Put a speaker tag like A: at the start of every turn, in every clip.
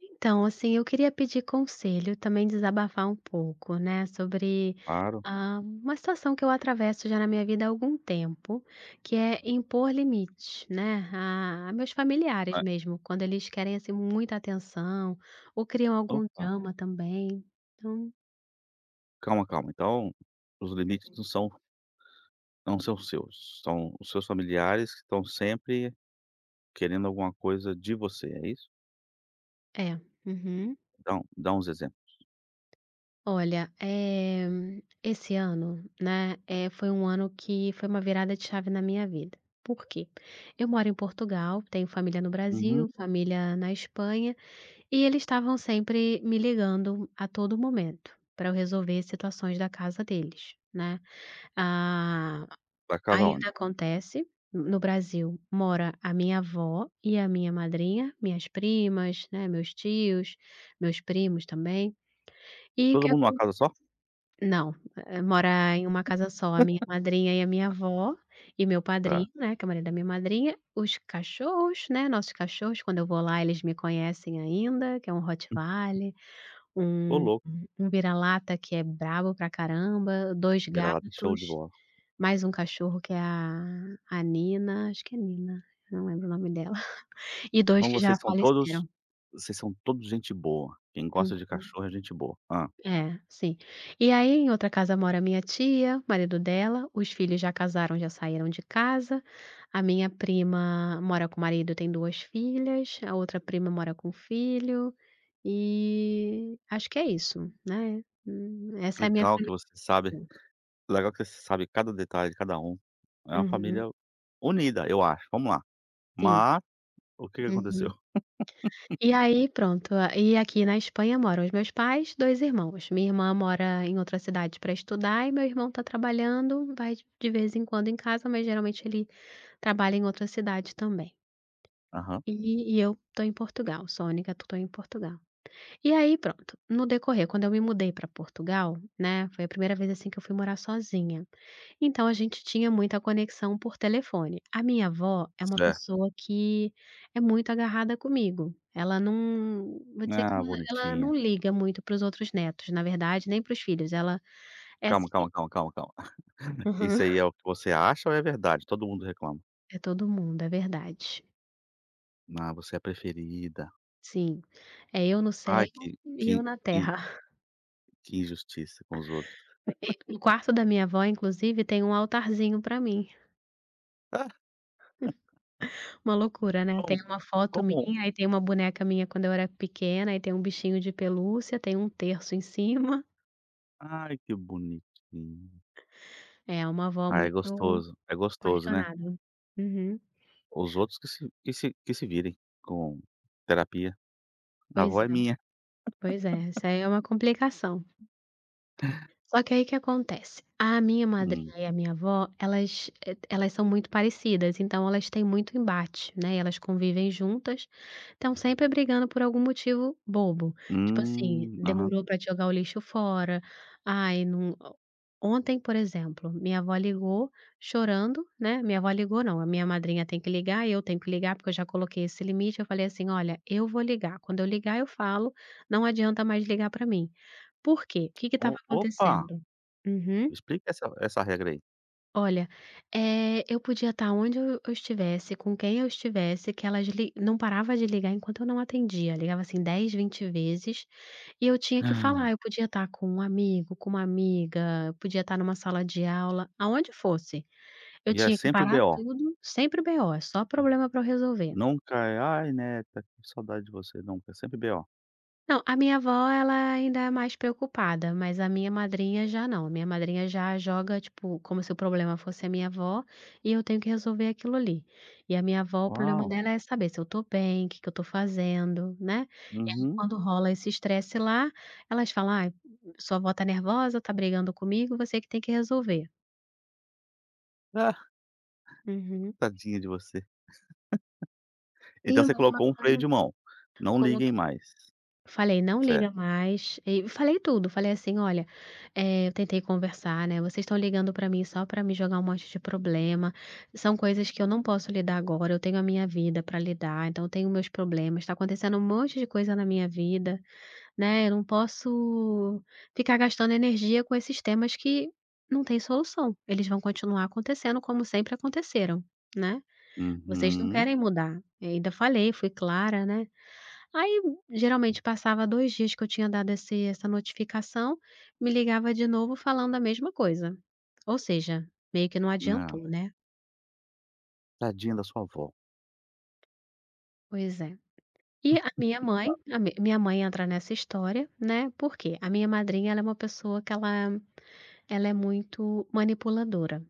A: Então, assim, eu queria pedir conselho, também desabafar um pouco, né, sobre,
B: Claro.
A: uma situação que eu atravesso já na minha vida há algum tempo, que é impor limite, né, a meus familiares
B: É.
A: mesmo, quando eles querem, assim, muita atenção ou criam algum
B: Opa,
A: drama também. Então,
B: calma, calma. Então, os limites não são não são seus, são os seus familiares que estão sempre querendo alguma coisa de você, é isso?
A: é. Uhum.
B: Dá uns exemplos.
A: Olha, esse ano, né, foi um ano que foi uma virada de chave na minha vida. Por quê? Eu moro em Portugal, tenho família no
B: Uhum.
A: Brasil, família na Espanha, e eles estavam sempre me ligando a todo momento para eu resolver situações da casa deles, né? Ah,
B: Vai casar
A: ainda
B: onde?
A: acontece. No Brasil mora a minha avó e a minha madrinha, minhas primas, né, meus tios, meus primos também. E o
B: Todo
A: que
B: mundo numa casa só?
A: não, mora em uma casa só a minha madrinha e a minha avó, e meu
B: Tá.
A: padrinho, né, que é o marido da minha madrinha, os cachorros, né, nossos cachorros, quando eu vou lá eles me conhecem ainda, que é um Rottweiler,
B: Ô
A: um
B: louco,
A: um vira-lata que é bravo pra caramba, 2
B: vira lá, tem show de
A: gatos,
B: bola.
A: mais um cachorro que é a Nina, acho que é Nina, não lembro o nome dela, e 2
B: Então
A: que já faleceram.
B: vocês são todos gente boa. Quem gosta de
A: Uhum.
B: cachorro é gente boa. Ah,
A: É, sim. E aí, em outra casa mora minha tia, o marido dela, os filhos já casaram, já saíram de casa. A minha prima mora com o marido, tem 2 filhas, a outra prima mora com o filho, e acho que é isso, né. Essa é a minha
B: Legal que
A: família
B: você
A: no
B: sabe
A: Brasil.
B: legal que você sabe cada detalhe de cada um. É uma
A: Uhum,
B: família unida, eu acho. Vamos lá.
A: sim.
B: Mas, o que que aconteceu?
A: Uhum. E aí pronto, a e aqui na Espanha moram os meus pais, 2 irmãos. Minha irmã mora em outra cidade para estudar e meu irmão está trabalhando, vai de vez em quando em casa, mas geralmente ele trabalha em outra cidade também.
B: Aham.
A: E eu estou em Portugal, sou a única que estou em Portugal. E aí pronto, no decorrer, quando eu me mudei para Portugal, né, foi a primeira vez, assim, que eu fui morar sozinha, então a gente tinha muita conexão por telefone. A minha avó é uma pessoa que é muito agarrada comigo, ela não vou dizer que
B: Ah,
A: ela
B: bonitinha.
A: não liga muito para os outros netos, na verdade, nem para os filhos, ela é assim.
B: Calma, calma, calma, calma, calma.
A: Uhum.
B: Isso aí é o que você acha ou é verdade? Todo mundo reclama.
A: É todo mundo, é verdade.
B: "Ah, você é a preferida.
A: Sim, é eu no céu
B: Ai, que
A: e eu
B: que
A: na
B: que
A: terra.
B: que injustiça com os outros".
A: No quarto da minha avó, inclusive, tem um altarzinho pra mim.
B: Ah,
A: Uma loucura, né, tem
B: como
A: uma foto
B: como
A: minha, aí tem uma boneca minha quando eu era pequena, aí tem um bichinho de pelúcia, tem um terço em cima.
B: ai, que bonitinho.
A: É uma avó
B: Ah,
A: muito
B: é gostoso, né.
A: apaixonada. Uhum.
B: Os outros que se virem com terapia. A
A: Pois
B: avó é
A: é,
B: minha.
A: pois é, isso aí é uma complicação. Só que aí que acontece, a minha
B: Hum,
A: madrinha e a minha avó, elas, elas são muito parecidas, então elas têm muito embate, né, elas convivem juntas, estão sempre brigando por algum motivo bobo. Tipo assim,
B: aham.
A: demorou para jogar o lixo fora, ai não, ontem, por exemplo, minha avó ligou chorando, né, minha avó ligou não, a minha madrinha tem que ligar, eu tenho que ligar, porque eu já coloquei esse limite, eu falei assim: "Olha, eu vou ligar, quando eu ligar eu falo, não adianta mais ligar para mim". Por quê? O que que
B: O
A: estava
B: Opa,
A: acontecendo? Uhum.
B: explica essa regra aí.
A: Olha, eu podia estar onde eu estivesse, com quem eu estivesse, que elas li não parava de ligar enquanto eu não atendia, ligava assim 10, 20 vezes, e eu tinha que
B: Ah,
A: falar, eu podia estar com um amigo, com uma amiga, eu podia estar numa sala de aula, aonde fosse, eu
B: e é
A: tinha que
B: sempre
A: parar
B: BO.
A: tudo, sempre BO, é só problema para eu resolver.
B: Nunca é: "Ai, neta, que saudade de você", nunca, é sempre B.O.
A: Não, a minha avó ela ainda é mais preocupada, mas a minha madrinha já não. A minha madrinha já joga, tipo, como se o problema fosse a minha avó e eu tenho que resolver aquilo ali. E a minha avó, o problema
B: "Uau,
A: dela é saber se eu tô bem, o que que eu tô fazendo, né? E aí
B: uhum,
A: quando rola esse estresse lá, elas falam: "Ai, sua avó tá nervosa, tá brigando comigo, você que tem que resolver".
B: ah,
A: Uhum.
B: tadinha de você".
A: E
B: Então
A: a
B: você
A: mesma
B: colocou um freio
A: coisa
B: de mão, não liguem
A: coloquei.
B: mais,
A: Falei: "Não liga
B: certo.
A: mais", e falei tudo, falei assim: "Olha, eu tentei conversar, né, vocês estão ligando pra mim só pra me jogar um monte de problema, são coisas que eu não posso lidar agora, eu tenho a minha vida pra lidar, então eu tenho meus problemas, tá acontecendo um monte de coisa na minha vida, né, eu não posso ficar gastando energia com esses temas que não têm solução, eles vão continuar acontecendo como sempre aconteceram, né, vocês não
B: Uhum,
A: querem mudar". Eu ainda falei, fui clara, né. Aí, geralmente passava 2 dias que eu tinha dado esse essa notificação, me ligava de novo falando a mesma coisa. Ou seja, meio que não
B: não,
A: adiantou, é. Né.
B: tadinha da sua avó.
A: Pois é. E a minha mãe a mi minha mãe entra nessa história, né, por quê? A minha madrinha ela é uma pessoa que ela é muito manipuladora.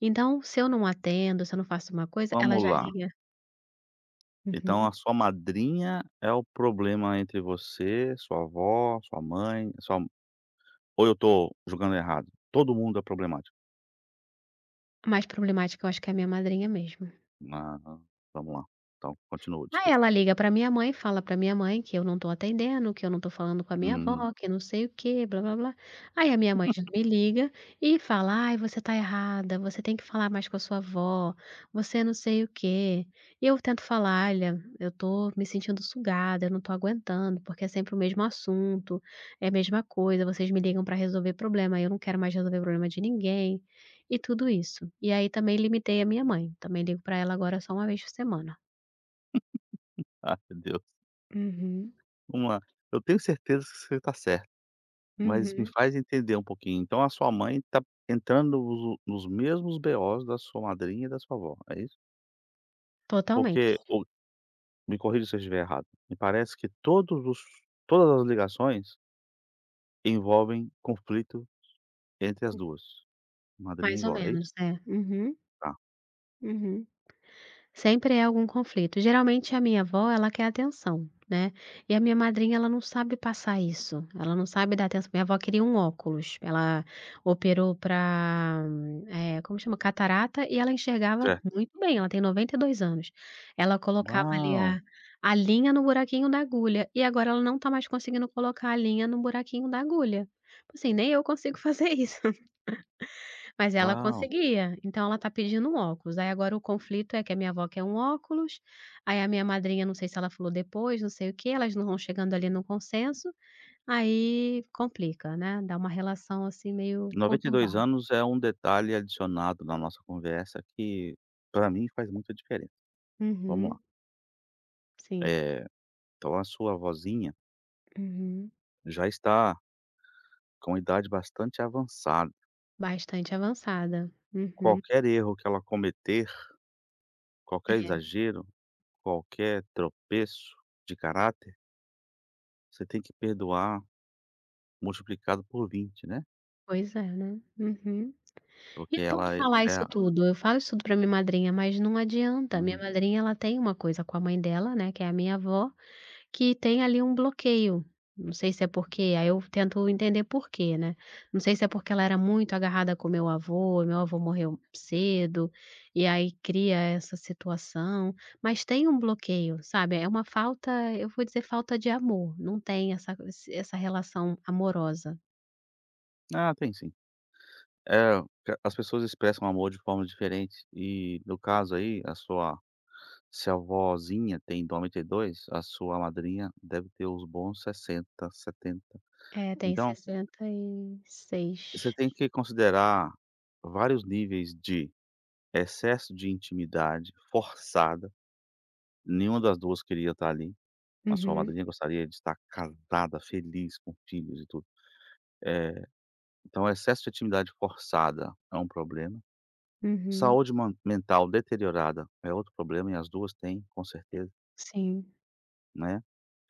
A: Então, se eu não atendo, se eu não faço uma coisa, ela
B: Vamos
A: já
B: lá,
A: liga,
B: então
A: uhum.
B: a sua madrinha é o problema entre você, sua avó, sua mãe, sua ou eu tô julgando errado? Todo mundo é problemático?
A: A mais problemática eu acho que é a minha madrinha mesmo.
B: Ah, vamos lá, então continua,
A: Aí
B: desculpa.
A: ela liga pra minha mãe, fala pra minha mãe que eu não tô atendendo, que eu não tô falando com a minha
B: Hum,
A: avó, que não sei o quê, blá-blá-blá. Aí a minha mãe já me liga e fala: "Ai, você tá errada, você tem que falar mais com a sua avó, você não sei o quê". E eu tento falar: "Olha, eu tô me sentindo sugada, eu não tô aguentando, porque é sempre o mesmo assunto, é a mesma coisa, vocês me ligam pra resolver problema, eu não quero mais resolver problema de ninguém", e tudo isso. E aí também limitei a minha mãe, também ligo pra ela agora só uma vez por semana.
B: ai meu Deus,
A: Uhum.
B: vamos lá, eu tenho certeza que você tá certa. Mas me
A: Uhum,
B: faz entender um pouquinho, então a sua mãe tá entrando nos mesmos BOs da sua madrinha e da sua avó, é isso? Porque
A: totalmente.
B: ou Me corrija se eu estiver errado, me parece que todos os todas as ligações envolvem conflito entre as duas, madrinha e
A: Mais ou
B: vó, é isso?
A: menos, né? Uhum,
B: Tá,
A: uhum. Sempre é algum conflito. Geralmente a minha avó, ela quer atenção, né, e a minha madrinha, ela não sabe passar isso, ela não sabe dar atenção. Minha avó queria um óculos, ela operou para, como chama? Catarata, e ela enxergava
B: certo.
A: muito bem, ela tem 92 anos. Ela colocava ali
B: Uau,
A: a linha no buraquinho da agulha e agora ela não tá mais conseguindo colocar a linha no buraquinho da agulha. Assim, nem eu consigo fazer isso. Mas ela
B: uau.
A: conseguia, então ela tá pedindo um óculos, aí agora o conflito é que a minha avó quer um óculos, aí a minha madrinha não sei se ela falou depois, não sei o quê, elas não vão chegando ali num consenso, aí complica, né, dá uma relação, assim, meio
B: noventa e dois
A: conturbada.
B: anos é um detalhe adicionado na nossa conversa que, pra mim, faz muita diferença. Vamos lá,
A: Uhum, sim.
B: eh, então a sua vozinha
A: Uhum.
B: já está com idade bastante avançada.
A: Bastante avançada. Uhum.
B: Qualquer erro que ela cometer, qualquer
A: É,
B: exagero, qualquer tropeço de caráter, você tem que perdoar multiplicado por 20, né,
A: pois é, né. Uhum. E
B: porque
A: eu tento
B: ela é
A: falar isso
B: é
A: tudo, eu falo isso tudo pra minha madrinha, mas não adianta, minha
B: uhum.
A: madrinha ela tem uma coisa com a mãe dela, né, que é a minha avó. Que tem ali um bloqueio, não sei se é porque aí eu tento entender porquê, né, não sei se é porque ela era muito agarrada com meu avô morreu cedo, e aí cria essa situação, mas tem um bloqueio, sabe, é uma falta, eu vou dizer falta de amor, não tem essa esse essa relação amorosa.
B: Ah, tem sim. Eh, As pessoas expressam amor de forma diferente e, no caso aí, a sua se a vozinha tem 92, a sua madrinha deve ter os bons 60, 70.
A: É, tem
B: Então,
A: sessenta e
B: você
A: seis.
B: tem que considerar vários níveis de excesso de intimidade forçada. Nenhuma das 2 queria estar ali, a sua
A: Uhum,
B: madrinha gostaria de estar casada, feliz, com filhos e tudo. Eh, então excesso de atividade forçada é um problema,
A: uhum,
B: saúde man mental deteriorada é outro problema e as 2 têm, com certeza,
A: sim.
B: né.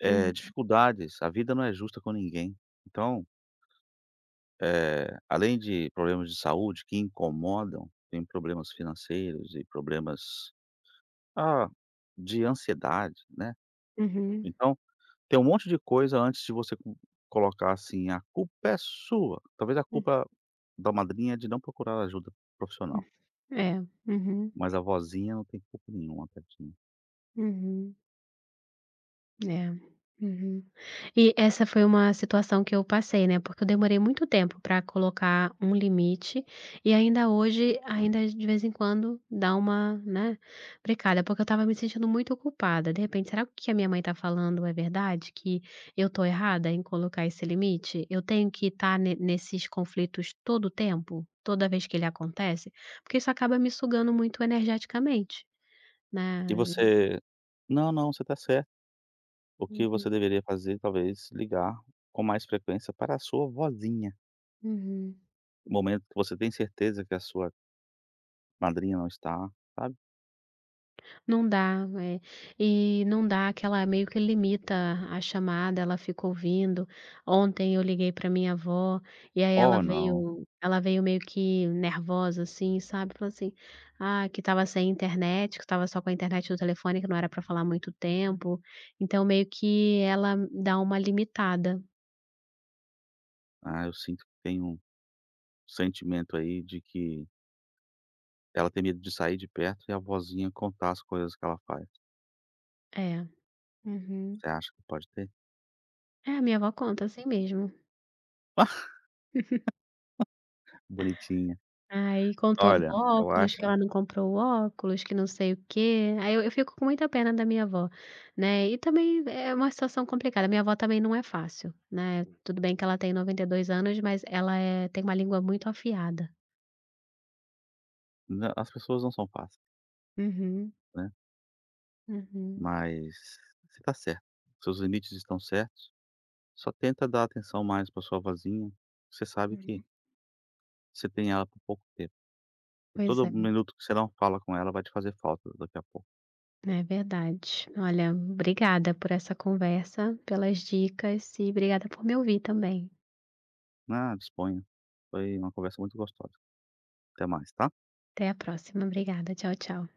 A: Uhum,
B: Dificuldades, a vida não é justa com ninguém. Então, além de problemas de saúde que incomodam, tem problemas financeiros e problemas, ah, de ansiedade, né.
A: uhum,
B: Então tem um monte de coisa antes de você co colocar assim: "A culpa é sua". Talvez a
A: uhum.
B: culpa da madrinha é de não procurar ajuda profissional,
A: É, uhum,
B: mas a vozinha não tem culpa nenhuma, tadinha.
A: uhum. É, uhum. E essa foi uma situação que eu passei, né, porque eu demorei muito tempo para colocar um limite, e ainda hoje, ainda de vez em quando dá uma, né, brecada, porque eu estava me sentindo muito culpada, de repente: "Será que o que a minha mãe tá falando é verdade? Que eu tô errada em colocar esse limite? Eu tenho que estar nesses conflitos todo o tempo? Toda vez que ele acontece?" Porque isso acaba me sugando muito energeticamente,
B: E
A: né.
B: você: "Não, não, você tá certo". O que
A: Uhum,
B: você deveria fazer, talvez, ligar com mais frequência para a sua vozinha.
A: uhum.
B: No momento que você tem certeza que a sua madrinha não está, sabe:
A: Não dá, é. E não dá aquela meio que limita a chamada, ela fica ouvindo. Ontem eu liguei para minha avó, e aí ela
B: "Oh, não,
A: veio ela veio meio que nervosa, assim, sabe, falou assim: "Ah, que estava sem internet, que estava só com a internet do telefone, que não era para falar muito tempo". Então meio que ela dá uma limitada.
B: eu sinto que tem um sentimento aí de que ela tem medo de sair de perto e a vozinha contar as coisas que ela faz".
A: É. Uhum.
B: Você acha que pode ter?
A: É, a minha avó conta assim mesmo.
B: Ah, bonitinha.
A: Aí contou do
B: Olha, eu
A: óculos, que
B: acho
A: ela não comprou o óculos, que não sei o quê. Aí eu fico com muita pena da minha avó, né, e também é uma situação complicada. Minha avó também não é fácil, né, tudo bem que ela tem 92 anos, mas ela é tem uma língua muito afiada.
B: nã as pessoas não são fáceis,
A: Uhum.
B: né,
A: Uhum.
B: mas você tá certo. Seus limites estão certos, só tenta dar atenção mais pra sua vozinha, você sabe que
A: Uhum.
B: você tem ela por pouco tempo, e
A: Pois
B: todo
A: é,
B: minuto que você não fala com ela vai te fazer falta daqui a pouco.
A: é verdade. Olha, obrigada por essa conversa, pelas dicas e obrigada por me ouvir também.
B: Ah, disponha. Foi uma conversa muito gostosa. Até mais, tá?
A: Até a próxima. Obrigada. Tchau, tchau.